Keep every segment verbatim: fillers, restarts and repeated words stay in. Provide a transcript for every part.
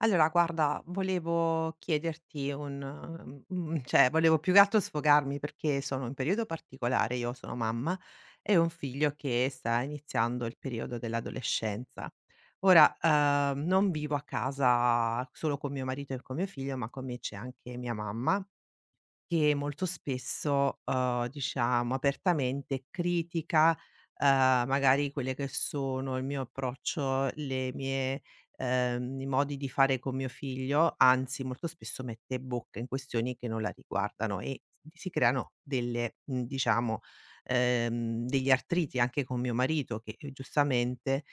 Allora guarda, volevo chiederti, un mhmm, mhmm, cioè volevo più che altro sfogarmi perché sono in periodo particolare. Io sono mamma e ho un figlio che sta iniziando il periodo dell'adolescenza. Ora, uhm, non vivo a casa solo con mio marito e con mio figlio, ma con me c'è anche mia mamma, che molto spesso, uhm, diciamo, apertamente critica, uhm, magari quelle che sono il mio approccio, le mie ehm, i modi di fare con mio figlio. Anzi, molto spesso mette bocca in questioni che non la riguardano, e si creano delle, mhmm, diciamo, ehm, degli artriti anche con mio marito, che, ehm, giustamente,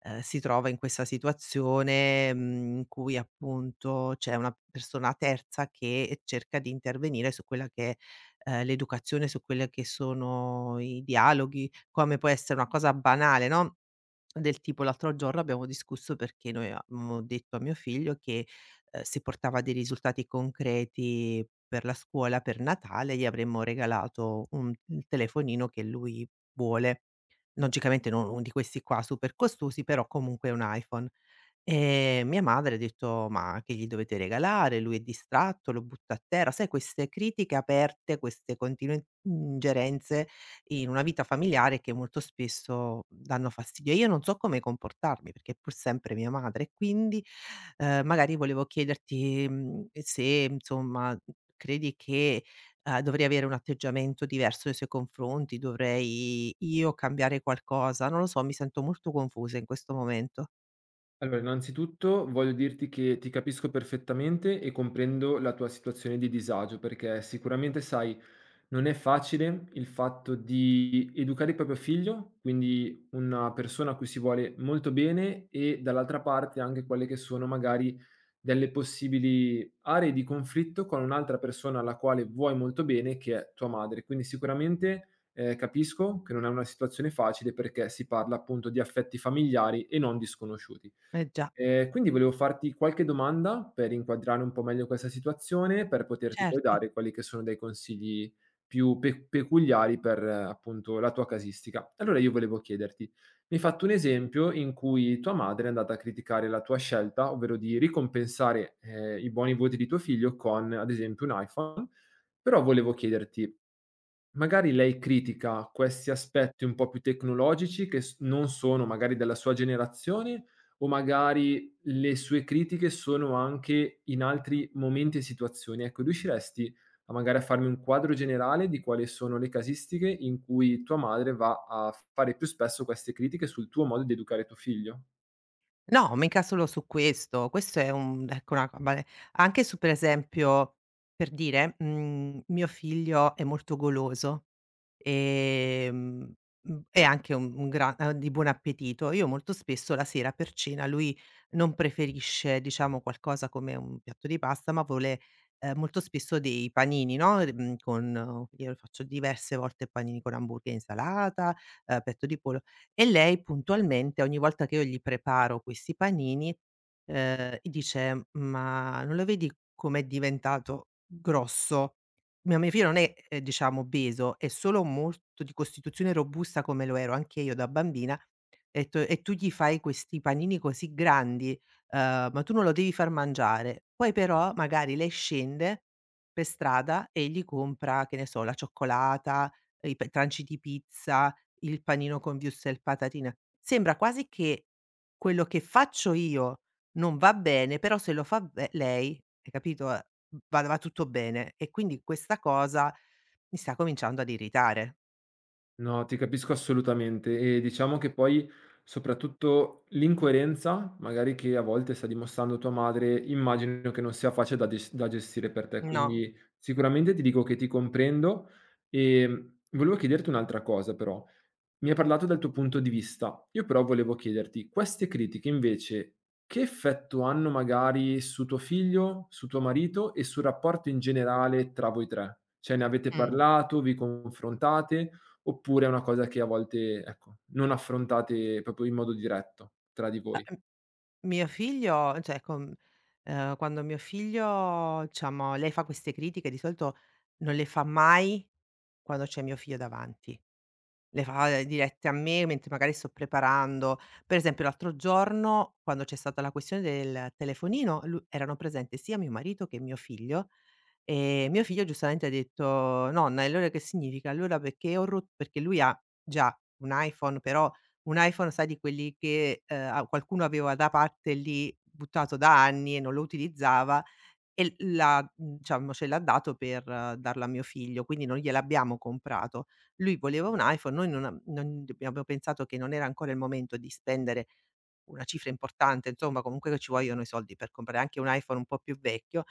ehm, si trova in questa situazione, mhmm, in cui appunto c'è una persona terza che cerca di intervenire su quella che è, ehm, l'educazione, su quelle che sono i dialoghi. Come può essere una cosa banale, no, del tipo, l'altro giorno abbiamo discusso perché noi avevamo detto a mio figlio che, ehm, se portava dei risultati concreti per la scuola, per Natale gli avremmo regalato un il telefonino che lui vuole. Logicamente non uno di questi qua super costosi, però comunque è un iPhone. Ehm, mia madre ha detto: "Ma che gli dovete regalare? Lui è distratto, lo butto a terra." Sai, queste critiche aperte, queste continue ingerenze in una vita familiare, che molto spesso danno fastidio. E io non so come comportarmi, perché è pur sempre mia madre. E quindi, ehm, magari volevo chiederti, mhmm, se, insomma, credi che, ehm, dovrei avere un atteggiamento diverso nei suoi confronti. Dovrei io cambiare qualcosa? Non lo so, mi sento molto confusa in questo momento. Allora, innanzitutto voglio dirti che ti capisco perfettamente e comprendo la tua situazione di disagio, perché sicuramente sai, non è facile il fatto di educare il proprio figlio, quindi una persona a cui si vuole molto bene, e dall'altra parte anche quelle che sono magari delle possibili aree di conflitto con un'altra persona alla quale vuoi molto bene, che è tua madre. Quindi sicuramente eh, capisco che non è una situazione facile perché si parla appunto di affetti familiari e non disconosciuti. Eh già. Ehm, quindi volevo farti qualche domanda per inquadrare un po' meglio questa situazione, per poterti poi Certo. dare quelli che sono dei consigli più pe peculiari per, appunto, la tua casistica. Allora io volevo chiederti: mi hai fatto un esempio in cui tua madre è andata a criticare la tua scelta, ovvero di ricompensare, ehm, i buoni voti di tuo figlio con, ad esempio, un iPhone, però volevo chiederti. Magari lei critica questi aspetti un po' più tecnologici che s non sono magari della sua generazione, o magari le sue critiche sono anche in altri momenti e situazioni. Ecco, riusciresti a magari a farmi un quadro generale di quali sono le casistiche in cui tua madre va a fare più spesso queste critiche sul tuo modo di educare tuo figlio? No, mica solo su questo. Questo è un ecco, una vabbè, anche su, per esempio, per dire, mhmm, mio figlio è molto goloso. Ehm, mhmm, e anche un un gran, ehm, di buon appetito. Io molto spesso la sera, per cena, lui non preferisce, diciamo, qualcosa come un piatto di pasta, ma vuole, ehm, molto spesso, dei panini, no, ehm, mhmm, con io faccio diverse volte panini con hamburger e insalata, ehm, petto di pollo. E lei puntualmente, ogni volta che io gli preparo questi panini, ehm, dice: "Ma non lo vedi com'è diventato grosso?" Mio mio figlio non è, ehm, diciamo, obeso, è solo molto di costituzione robusta, come lo ero anche io da bambina, e t e tu gli fai questi panini così grandi, uhm, ma tu non lo devi far mangiare. Poi però magari lei scende per strada e gli compra, che ne so, la cioccolata, i pe tranci di pizza, il panino con wurstel, patatine. Sembra quasi che quello che faccio io non va bene, però se lo fa be lei, hai capito, ehm, va va tutto bene. E quindi questa cosa mi sta cominciando ad irritare. No, ti capisco assolutamente e diciamo che poi soprattutto l'incoerenza, magari che a volte sta dimostrando tua madre, immagino che non sia facile da ges da gestire per te, No. quindi sicuramente ti dico che ti comprendo. Ehm, volevo chiederti un'altra cosa però, mi hai parlato del tuo punto di vista. Io però volevo chiederti, queste critiche invece che effetto hanno magari su tuo figlio, su tuo marito e sul rapporto in generale tra voi tre? Cioè ne avete Mh. parlato, vi confrontate oppure è una cosa che a volte, ecco, non affrontate proprio in modo diretto tra di A voi? m Mio figlio, cioè, con ehm, quando mio figlio, diciamo, lei fa queste critiche, di solito non le fa mai quando c'è mio figlio davanti. Le fa, eh, dirette a me, mentre magari sto preparando. Per esempio l'altro giorno, quando c'è stata la questione del telefonino, lu erano presente sia mio marito che mio figlio. Ehm, mio figlio giustamente ha detto: "Nonna, e allora che significa?" Allora, perché ho rot perché lui ha già un iPhone, però un iPhone, sai, di quelli che, ehm, a qualcuno aveva da parte lì, buttato da anni e non lo utilizzava, e l l'ha mhmm, diciamo, ce l'ha dato per, eh, darlo a mio figlio, quindi non gliel'abbiamo comprato. Lui voleva un iPhone, noi non a non abbiamo pensato che non era ancora il momento di spendere una cifra importante, insomma, comunque, che ci vogliono i soldi per comprare anche un iPhone un po' più vecchio.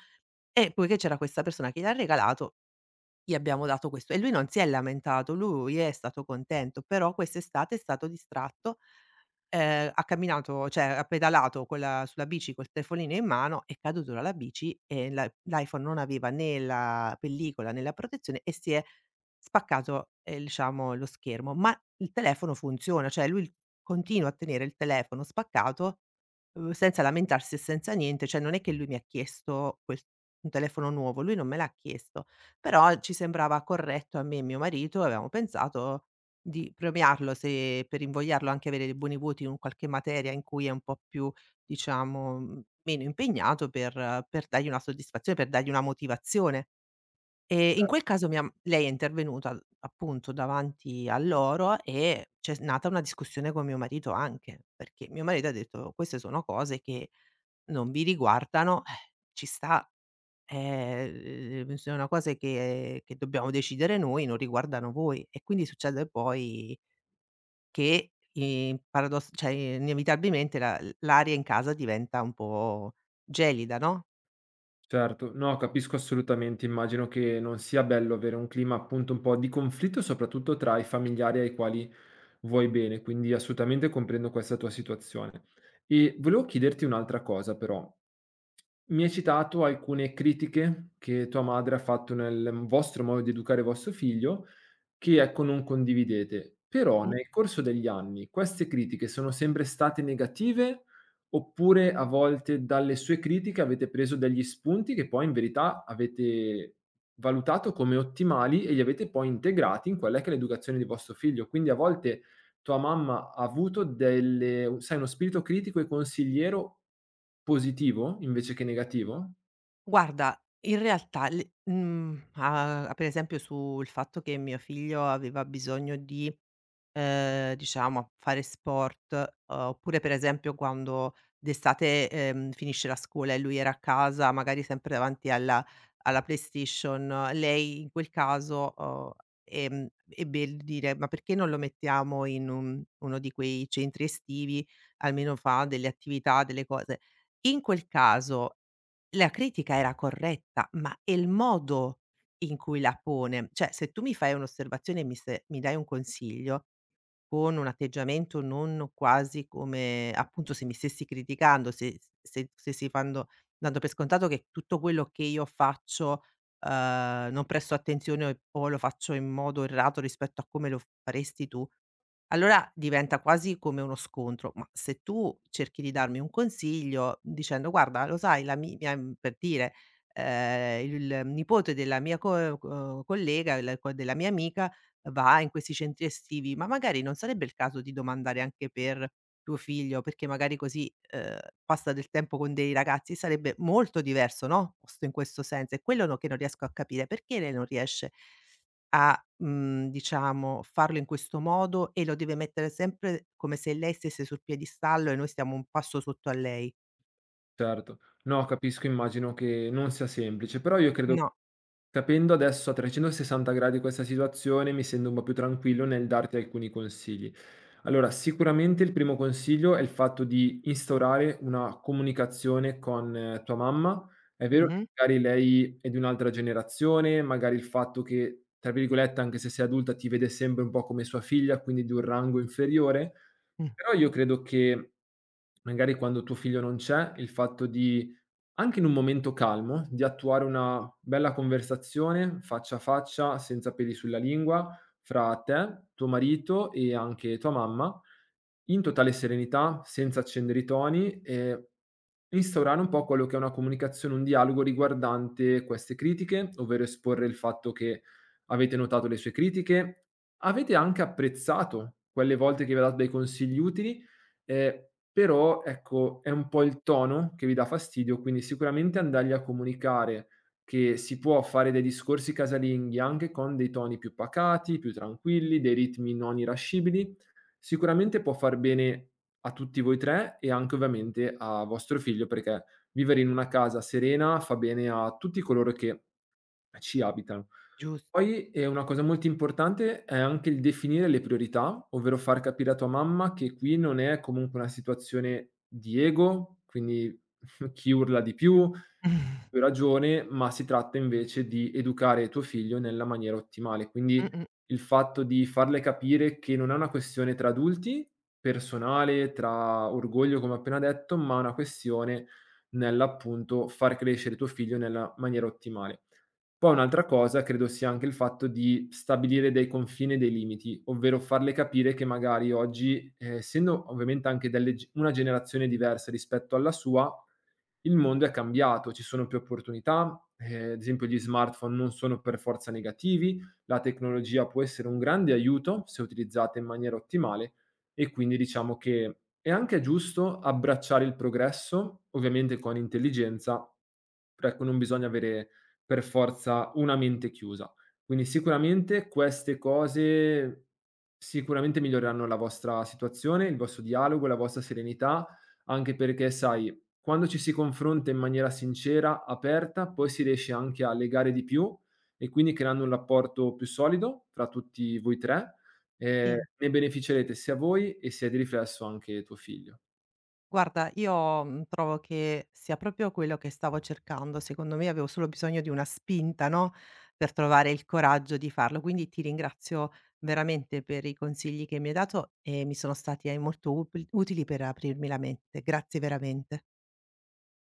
E poiché c'era questa persona che gliel'ha regalato, gli abbiamo dato questo e lui non si è lamentato, lui è stato contento. Però quest'estate è stato distratto, ehm, ha camminato, cioè ha pedalato con la sulla bici col telefonino in mano, è caduto dalla bici e l'i l'iPhone non aveva né la pellicola né la protezione, e si è spaccato, ehm, diciamo, lo schermo. Ma il telefono funziona, cioè lui continua a tenere il telefono spaccato, uhm, senza lamentarsi e senza niente. Cioè, non è che lui mi ha chiesto ques un telefono nuovo, lui non me l'ha chiesto. Però ci sembrava corretto, a me e mio marito avevamo pensato di premiarlo, se per invogliarlo anche a avere dei buoni voti in qualche materia in cui è un po' più, diciamo, mhmm, meno impegnato, per per dargli una soddisfazione, per dargli una motivazione. E in quel caso mia m lei è intervenuta, appunto, davanti a loro, e c'è s nata una discussione con mio marito anche, perché mio marito ha detto: "Queste sono cose che non vi riguardano, eh, ci sta." Eh, uhm, sono cose che che dobbiamo decidere noi, non riguardano voi. E quindi succede poi che, in paradoss cioè, inevitabilmente, la l'aria in casa diventa un po' gelida, no. Certo, no, capisco assolutamente. Immagino che non sia bello avere un clima appunto un po' di conflitto, soprattutto tra i familiari ai quali vuoi bene, quindi assolutamente comprendo questa tua situazione. E volevo chiederti un'altra cosa però. Mi hai citato alcune critiche che tua madre ha fatto nel vostro modo di educare vostro figlio che ecco non condividete. Però Mh. nel corso degli anni queste critiche sono sempre state negative, oppure a volte dalle sue critiche avete preso degli spunti che poi in verità avete valutato come ottimali e li avete poi integrati in quella che è l'educazione di vostro figlio. Quindi a volte tua mamma ha avuto delle sai uno spirito critico e consigliero positivo invece che negativo? Guarda, in realtà, le mhmm, a per esempio, sul fatto che mio figlio aveva bisogno di, Ehm, diciamo, a fare sport, eh, oppure, per esempio, quando d'estate, ehm, finisce la scuola e lui era a casa, magari sempre davanti alla, alla PlayStation, eh, lei in quel caso, uhm, ehm, ebbe il dire: "Ma perché non lo mettiamo in un uno di quei centri estivi, almeno fa delle attività, delle cose." In quel caso la critica era corretta, ma è il modo in cui la pone. Cioè, se tu mi fai un'osservazione e, mi se mi dai un consiglio con un atteggiamento non, quasi come appunto se mi stessi criticando, se se stessi fando dando per scontato che tutto quello che io faccio, uhm, non presto attenzione, o o lo faccio in modo errato rispetto a come lo faresti tu. Allora diventa quasi come uno scontro, ma se tu cerchi di darmi un consiglio dicendo: "Guarda, lo sai la mi", ehm, per dire, ehm, il nipote della mia co co collega, il co della mia amica, va in questi centri estivi, ma magari non sarebbe il caso di domandare anche per tuo figlio, perché magari così, ehm, passa del tempo con dei ragazzi, sarebbe molto diverso, no, posto in questo senso. È quello, no, che non riesco a capire, perché lei non riesce a, mhmm, diciamo, farlo in questo modo e lo deve mettere sempre come se lei stesse sul piedistallo e noi stiamo un passo sotto a lei. Certo. No, capisco, immagino che non sia semplice, però io credo No. capendo adesso a trecentosessanta gradi questa situazione, mi sento un po' più tranquillo nel darti alcuni consigli. Allora, sicuramente il primo consiglio è il fatto di instaurare una comunicazione con eh, tua mamma. È vero che Mh-mh. magari lei è di un'altra generazione, magari il fatto che, tra virgolette, anche se sei adulta, ti vede sempre un po' come sua figlia, quindi di un rango inferiore, Mh. però io credo che, magari quando tuo figlio non c'è, il fatto di anche in un momento calmo, di attuare una bella conversazione faccia a faccia, senza peli sulla lingua, fra te, tuo marito e anche tua mamma, in totale serenità, senza accendere i toni e instaurare un po' quello che è una comunicazione, un dialogo riguardante queste critiche, ovvero esporre il fatto che avete notato le sue critiche. Avete anche apprezzato quelle volte che vi ha dato dei consigli utili, ehm, però ecco è un po' il tono che vi dà fastidio, quindi sicuramente andargli a comunicare che si può fare dei discorsi casalinghi anche con dei toni più pacati, più tranquilli, dei ritmi non irascibili, sicuramente può far bene a tutti voi tre e anche ovviamente a vostro figlio, perché vivere in una casa serena fa bene a tutti coloro che ci abitano. Giusto. Poi, ehm, una cosa molto importante è anche il definire le priorità, ovvero far capire a tua mamma che qui non è comunque una situazione di ego, quindi chi urla di più, più ha ragione, ma si tratta invece di educare tuo figlio nella maniera ottimale. Quindi Mh-mh. il fatto di farle capire che non è una questione tra adulti, personale, tra orgoglio come ho appena detto, ma è una questione nell'appunto far crescere tuo figlio nella maniera ottimale. Poi un'altra cosa credo sia anche il fatto di stabilire dei confini e dei limiti, ovvero farle capire che magari oggi, ehm, essendo ovviamente anche delle g una generazione diversa rispetto alla sua, il mondo è cambiato, ci sono più opportunità, ehm, ad esempio gli smartphone non sono per forza negativi, la tecnologia può essere un grande aiuto se utilizzata in maniera ottimale e quindi diciamo che è anche giusto abbracciare il progresso, ovviamente con intelligenza, però ecco non bisogna avere per forza una mente chiusa. Quindi sicuramente queste cose sicuramente miglioreranno la vostra situazione, il vostro dialogo, la vostra serenità, anche perché sai quando ci si confronta in maniera sincera, aperta, poi si riesce anche a legare di più e quindi creando un rapporto più solido fra tutti voi tre, ehm, Sì. ne beneficerete sia voi e sia di riflesso anche tuo figlio. Guarda, io, mhmm, trovo che sia proprio quello che stavo cercando. Secondo me avevo solo bisogno di una spinta, no, per trovare il coraggio di farlo. Quindi ti ringrazio veramente per i consigli che mi hai dato, e mi sono stati, ehm, molto upil utili per aprirmi la mente. Grazie veramente.